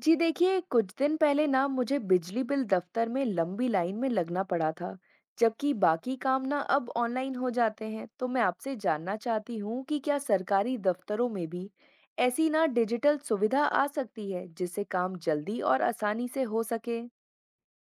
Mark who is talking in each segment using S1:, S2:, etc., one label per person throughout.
S1: जी देखिए कुछ दिन पहले ना मुझे बिजली बिल दफ्तर में लंबी लाइन में लगना पड़ा था। जबकि बाकी काम ना अब ऑनलाइन हो जाते हैं, तो मैं आपसे जानना चाहती हूँ कि क्या सरकारी दफ्तरों में भी ऐसी ना डिजिटल सुविधा आ सकती है जिससे काम जल्दी और आसानी से हो सके।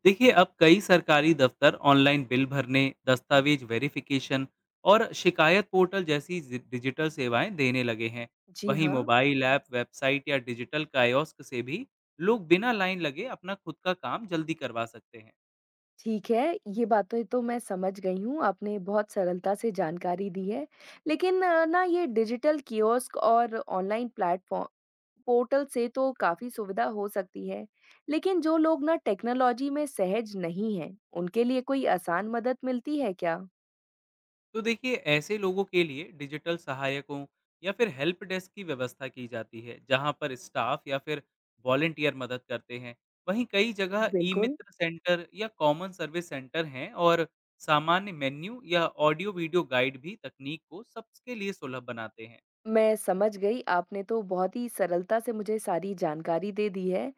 S2: देखिए, अब कई सरकारी दफ्तर ऑनलाइन बिल भरने, दस्तावेज वेरिफिकेशन और शिकायत पोर्टल जैसी डिजिटल सेवाएं देने लगे हैं।
S1: जी
S2: वहीं
S1: हाँ।
S2: मोबाइल ऐप, वेबसाइट या डिजिटल कायोस्क से भी लोग बिना लाइन लगे अपना खुद का काम जल्दी करवा सकते हैं।
S1: ठीक है, ये बातें तो मैं समझ गई हूँ, आपने बहुत सरलता से जानकारी दी है। लेकिन ना ये डिजिटल कियोस्क और ऑनलाइन प्लेटफ़ॉर्म पोर्टल से तो काफ़ी सुविधा हो सकती है। लेकिन जो लोग ना टेक्नोलॉजी में सहज नहीं हैं, उनके लिए कोई आसान मदद मिलती है क्या?
S2: तो देखिए, ऐसे लोगों के लिए डिजिटल सहायकों या फिर हेल्प डेस्क की व्यवस्था की जाती है, जहां पर स्टाफ या फिर वॉलेंटियर मदद करते हैं। वहीं कई जगह ई
S1: बिल्कुल।
S2: मित्र सेंटर या कॉमन सर्विस सेंटर हैं और सामान्य मेन्यू या ऑडियो वीडियो गाइड भी तकनीक को सबके लिए सुलभ बनाते हैं।
S1: मैं समझ गई, आपने तो बहुत ही सरलता से मुझे सारी जानकारी दे दी है।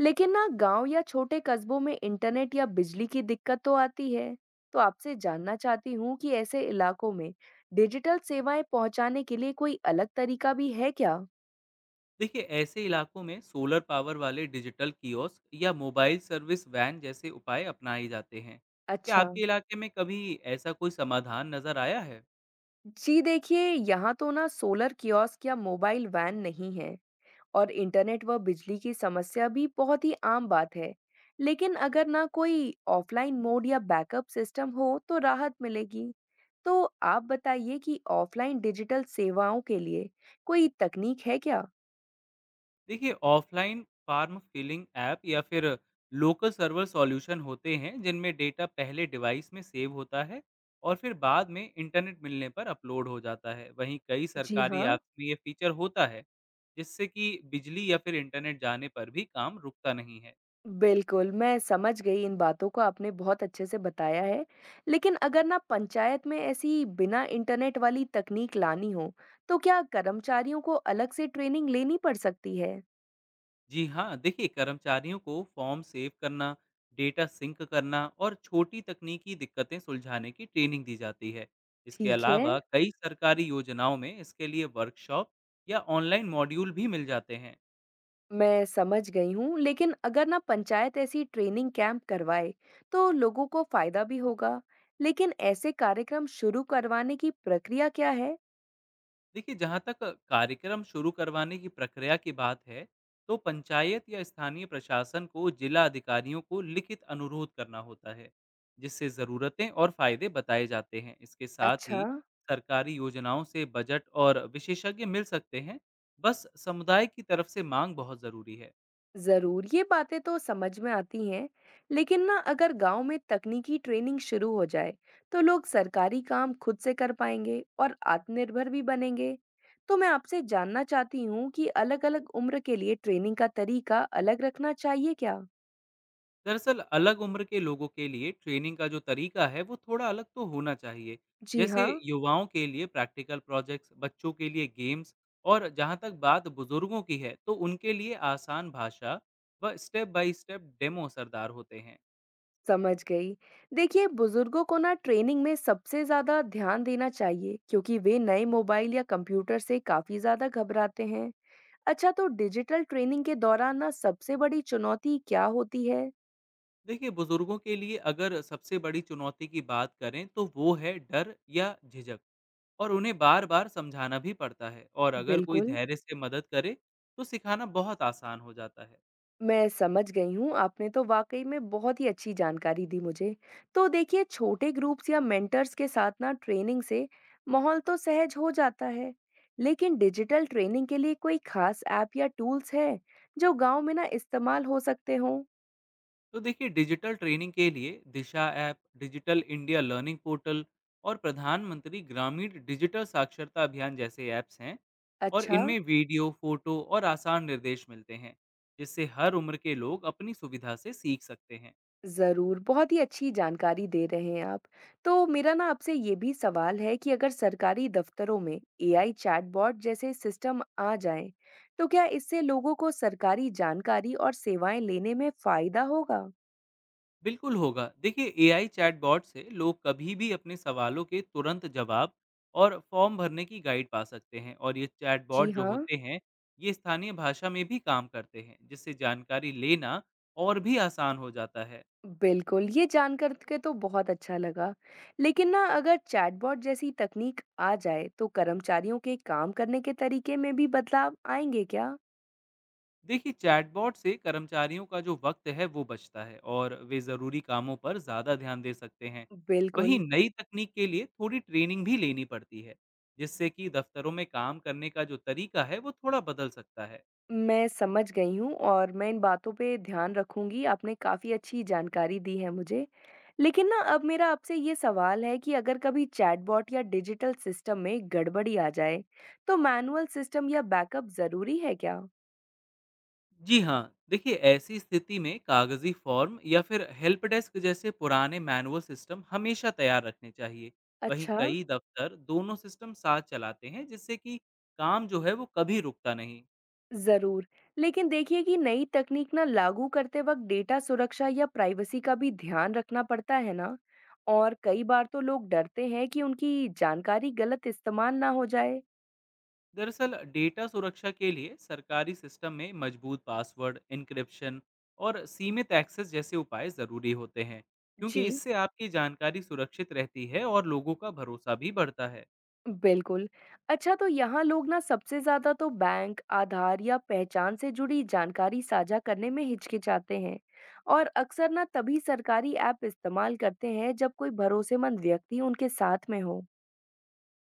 S1: लेकिन ना गाँव या छोटे कस्बों में इंटरनेट या बिजली की दिक्कत तो आती है। तो आपसे जानना चाहती हूँ कि ऐसे इलाकों में डिजिटल सेवाएँ पहुँचाने के लिए कोई अलग तरीका भी है क्या?
S2: देखिए, ऐसे इलाकों में सोलर पावर वाले डिजिटल कियोस्क या मोबाइल सर्विस वैन जैसे उपाय अपनाए जाते हैं। क्या
S1: अच्छा।
S2: आपके इलाके में कभी ऐसा कोई समाधान नजर आया है?
S1: जी देखिए, यहाँ तो ना सोलर कियोस्क या मोबाइल वैन नहीं है। और इंटरनेट व बिजली की समस्या भी बहुत ही आम बात है। लेकिन अगर ना कोई ऑफलाइन मोड या बैकअप सिस्टम हो तो राहत मिलेगी। तो आप बताइए कि ऑफलाइन डिजिटल सेवाओं के लिए कोई तकनीक है क्या?
S2: देखिए, ऑफलाइन फार्म फिलिंग ऐप या फिर लोकल सर्वर सॉल्यूशन होते हैं, जिनमें डेटा पहले डिवाइस में सेव होता है और फिर बाद में इंटरनेट मिलने पर अपलोड हो जाता है। वहीं कई
S1: जी
S2: सरकारी
S1: हाँ,
S2: ऐप्स में ये फीचर होता है जिससे कि बिजली या फिर इंटरनेट जाने पर भी काम रुकता नहीं है।
S1: बिल्कुल। मैं समझ गई, इन बातों को आपने बहुत अच्छे से बताया है। लेकिन अगर ना पंचायत में ऐसी बिना इंटरनेट वाली तकनीक लानी हो, तो क्या कर्मचारियों को अलग से ट्रेनिंग लेनी पड़ सकती है?
S2: जी हाँ, देखिए कर्मचारियों को फॉर्म सेव करना, डेटा सिंक करना और छोटी तकनीकी दिक्कतें सुलझाने की ट्रेनिंग दी जाती है। इसके
S1: ठीक है।
S2: अलावा कई सरकारी योजनाओं में इसके लिए वर्कशॉप या ऑनलाइन मॉड्यूल भी मिल जाते हैं।
S1: मैं समझ गई हूँ, लेकिन अगर ना पंचायत ऐसी ट्रेनिंग कैंप करवाए, तो लोगों को फायदा भी होगा। लेकिन ऐसे कार्यक्रम शुरू करवाने की प्रक्रिया क्या है?
S2: देखिए, जहाँ तक कार्यक्रम शुरू करवाने की प्रक्रिया की बात है, तो पंचायत या स्थानीय प्रशासन को जिला अधिकारियों को लिखित अनुरोध करना होता है, जिससे ज़रूरतें और फायदे बताए जाते हैं। इसके साथ
S1: अच्छा,
S2: ही सरकारी योजनाओं से बजट और विशेषज्ञ मिल सकते हैं। बस समुदाय की तरफ से मांग बहुत ज़रूरी है।
S1: जरूर। ये बातें तो समझ में आती हैं, लेकिन ना अगर गांव में तकनीकी ट्रेनिंग शुरू हो जाए, तो लोग सरकारी काम खुद से कर पाएंगे और आत्मनिर्भर भी बनेंगे। तो मैं आपसे जानना चाहती हूँ कि अलग-अलग उम्र के लिए ट्रेनिंग का तरीका अलग रखना चाहिए क्या?
S2: दरअसल अलग उम्र के लोगों के लिए ट्रेनिंग का जो तरीका है वो थोड़ा अलग तो होना चाहिए।
S1: जी
S2: जैसे
S1: हाँ।
S2: युवाओं के लिए प्रैक्टिकल प्रोजेक्ट्स, बच्चों के लिए गेम्स, और जहाँ तक बात बुजुर्गों की है, तो उनके लिए आसान भाषा व स्टेप बाय स्टेप डेमो असरदार होते हैं।
S1: समझ गई। देखिए बुजुर्गों को ना ट्रेनिंग में सबसे ज़्यादा ध्यान देना चाहिए, क्योंकि वे नए मोबाइल या कंप्यूटर से काफ़ी ज़्यादा घबराते हैं। अच्छा, तो डिजिटल ट्रेनिंग के दौरान ना सबसे बड़ी चुनौती क्या होती है?
S2: देखिए, बुजुर्गों के लिए अगर सबसे बड़ी चुनौती की बात करें, तो वो है डर या झिझक, और उन्हें बार बार समझाना भी पड़ता है। और अगर कोई
S1: बिल्कुल।
S2: धैर्य से मदद करे, तो सिखाना बहुत आसान हो जाता है।
S1: मैं समझ गई हूँ, आपने तो वाक़ई में बहुत ही अच्छी जानकारी दी मुझे। तो देखिए छोटे ग्रुप्स या मेंटर्स के साथ ना ट्रेनिंग से माहौल तो सहज हो जाता है। लेकिन डिजिटल ट्रेनिंग के लिए कोई खास ऐप या टूल्स है, जो गाँव में ना इस्तेमाल हो सकते हों?
S2: तो देखिए, डिजिटल ट्रेनिंग के लिए Disha app, digital India learning portal और प्रधानमंत्री ग्रामीण डिजिटल साक्षरता अभियान जैसे ऐप्स हैं। और
S1: अच्छा।
S2: इनमें वीडियो, फोटो और आसान निर्देश मिलते हैं, जिससे हर उम्र के लोग अपनी सुविधा से सीख सकते हैं।
S1: ज़रूर, बहुत ही अच्छी जानकारी दे रहे हैं आप। तो मेरा ना आपसे ये भी सवाल है कि अगर सरकारी दफ्तरों में एआई चैटबॉट जैसे सिस्टम आ जाएँ, तो क्या इससे लोगों को सरकारी जानकारी और सेवाएँ लेने में फ़ायदा होगा?
S2: बिल्कुल होगा। देखिए, एआई चैटबॉट से लोग कभी भी अपने सवालों के तुरंत जवाब और फॉर्म भरने की गाइड पा सकते हैं। और ये
S1: जी
S2: चैटबॉट जो
S1: हाँ।
S2: होते हैं, ये स्थानीय भाषा में भी काम करते हैं, जिससे जानकारी लेना और भी आसान हो जाता है।
S1: बिल्कुल, ये जानकर के तो बहुत अच्छा लगा। लेकिन ना अगर चैटबॉट जैसी तकनीक आ जाए, तो कर्मचारियों के काम करने के तरीके में भी बदलाव आएँगे क्या?
S2: देखिए, चैटबॉट से कर्मचारियों का जो वक्त है वो बचता है, और वे ज़रूरी कामों पर ज़्यादा ध्यान दे सकते हैं। वहीं
S1: बिल्कुल।
S2: नई तकनीक के लिए थोड़ी ट्रेनिंग भी लेनी पड़ती है, जिससे कि दफ्तरों में काम करने का जो तरीका है वो थोड़ा बदल सकता है।
S1: मैं समझ गई हूँ और मैं इन बातों पे ध्यान रखूँगी, आपने काफ़ी अच्छी जानकारी दी है मुझे। लेकिन ना अब मेरा आपसे ये सवाल है कि अगर कभी चैटबॉट या डिजिटल सिस्टम में गड़बड़ी आ जाए, तो मैनुअल सिस्टम या बैकअप ज़रूरी है क्या?
S2: जी हाँ, देखिए ऐसी स्थिति में कागजी फॉर्म या फिर हेल्प डेस्क जैसे पुराने मैनुअल सिस्टम हमेशा तैयार रखने चाहिए। वहीं
S1: अच्छा,
S2: कई दफ्तर दोनों सिस्टम साथ चलाते हैं, जिससे कि काम जो है वो कभी रुकता नहीं।
S1: ज़रूर। लेकिन देखिए कि नई तकनीक ना लागू करते वक़्त डेटा सुरक्षा या प्राइवेसी का भी ध्यान रखना पड़ता है ना? और कई बार तो लोग डरते हैं कि उनकी जानकारी गलत इस्तेमाल ना हो जाए।
S2: दरअसल डेटा सुरक्षा के लिए सरकारी सिस्टम में मजबूत पासवर्ड, एन्क्रिप्शन और सीमित एक्सेस जैसे उपाय ज़रूरी होते हैं, क्योंकि
S1: जी।
S2: इससे आपकी जानकारी सुरक्षित रहती है और लोगों का भरोसा भी बढ़ता है।
S1: बिल्कुल। अच्छा, तो यहाँ लोग ना सबसे ज़्यादा तो बैंक, आधार या पहचान से जुड़ी जानकारी साझा करने में हिचकिचाते हैं, और अक्सर ना तभी सरकारी ऐप इस्तेमाल करते हैं जब कोई भरोसेमंद व्यक्ति उनके साथ में हो।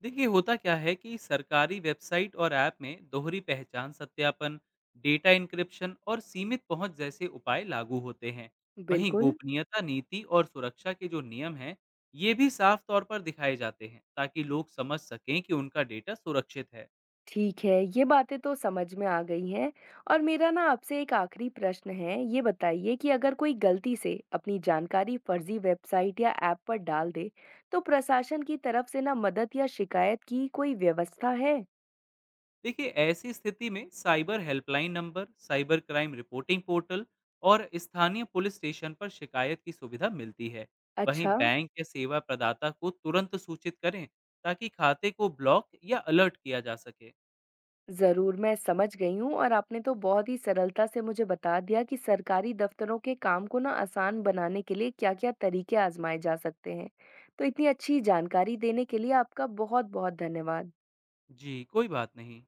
S2: देखिए, होता क्या है कि सरकारी वेबसाइट और ऐप में दोहरी पहचान सत्यापन, डेटा इंक्रिप्शन और सीमित पहुंच जैसे उपाय लागू होते हैं। वहीं
S1: बिल्कुल,
S2: गोपनीयता नीति और सुरक्षा के जो नियम हैं, ये भी साफ तौर पर दिखाए जाते हैं, ताकि लोग समझ सकें कि उनका डेटा सुरक्षित है।
S1: ठीक है। ये बातें तो समझ में आ गई हैं, और मेरा ना आपसे एक आखिरी प्रश्न है। ये बताइए कि अगर कोई गलती से अपनी जानकारी फर्जी वेबसाइट या ऐप पर डाल दे, तो प्रशासन की तरफ से ना मदद या शिकायत की कोई व्यवस्था है?
S2: देखिए, ऐसी स्थिति में cyber helpline number, cyber crime reporting portal और स्थानीय पुलिस स्टेशन पर शिकायत की सुविधा मिलती है। वहीं
S1: अच्छा,
S2: बैंक या सेवा प्रदाता को तुरंत सूचित करें, ताकि खाते को ब्लॉक या अलर्ट किया जा सके।
S1: ज़रूर, मैं समझ गई हूँ, और आपने तो बहुत ही सरलता से मुझे बता दिया कि सरकारी दफ़्तरों के काम को ना आसान बनाने के लिए क्या-क्या तरीके आज़माए जा सकते हैं। तो इतनी अच्छी जानकारी देने के लिए आपका बहुत-बहुत धन्यवाद।
S2: जी, कोई बात नहीं।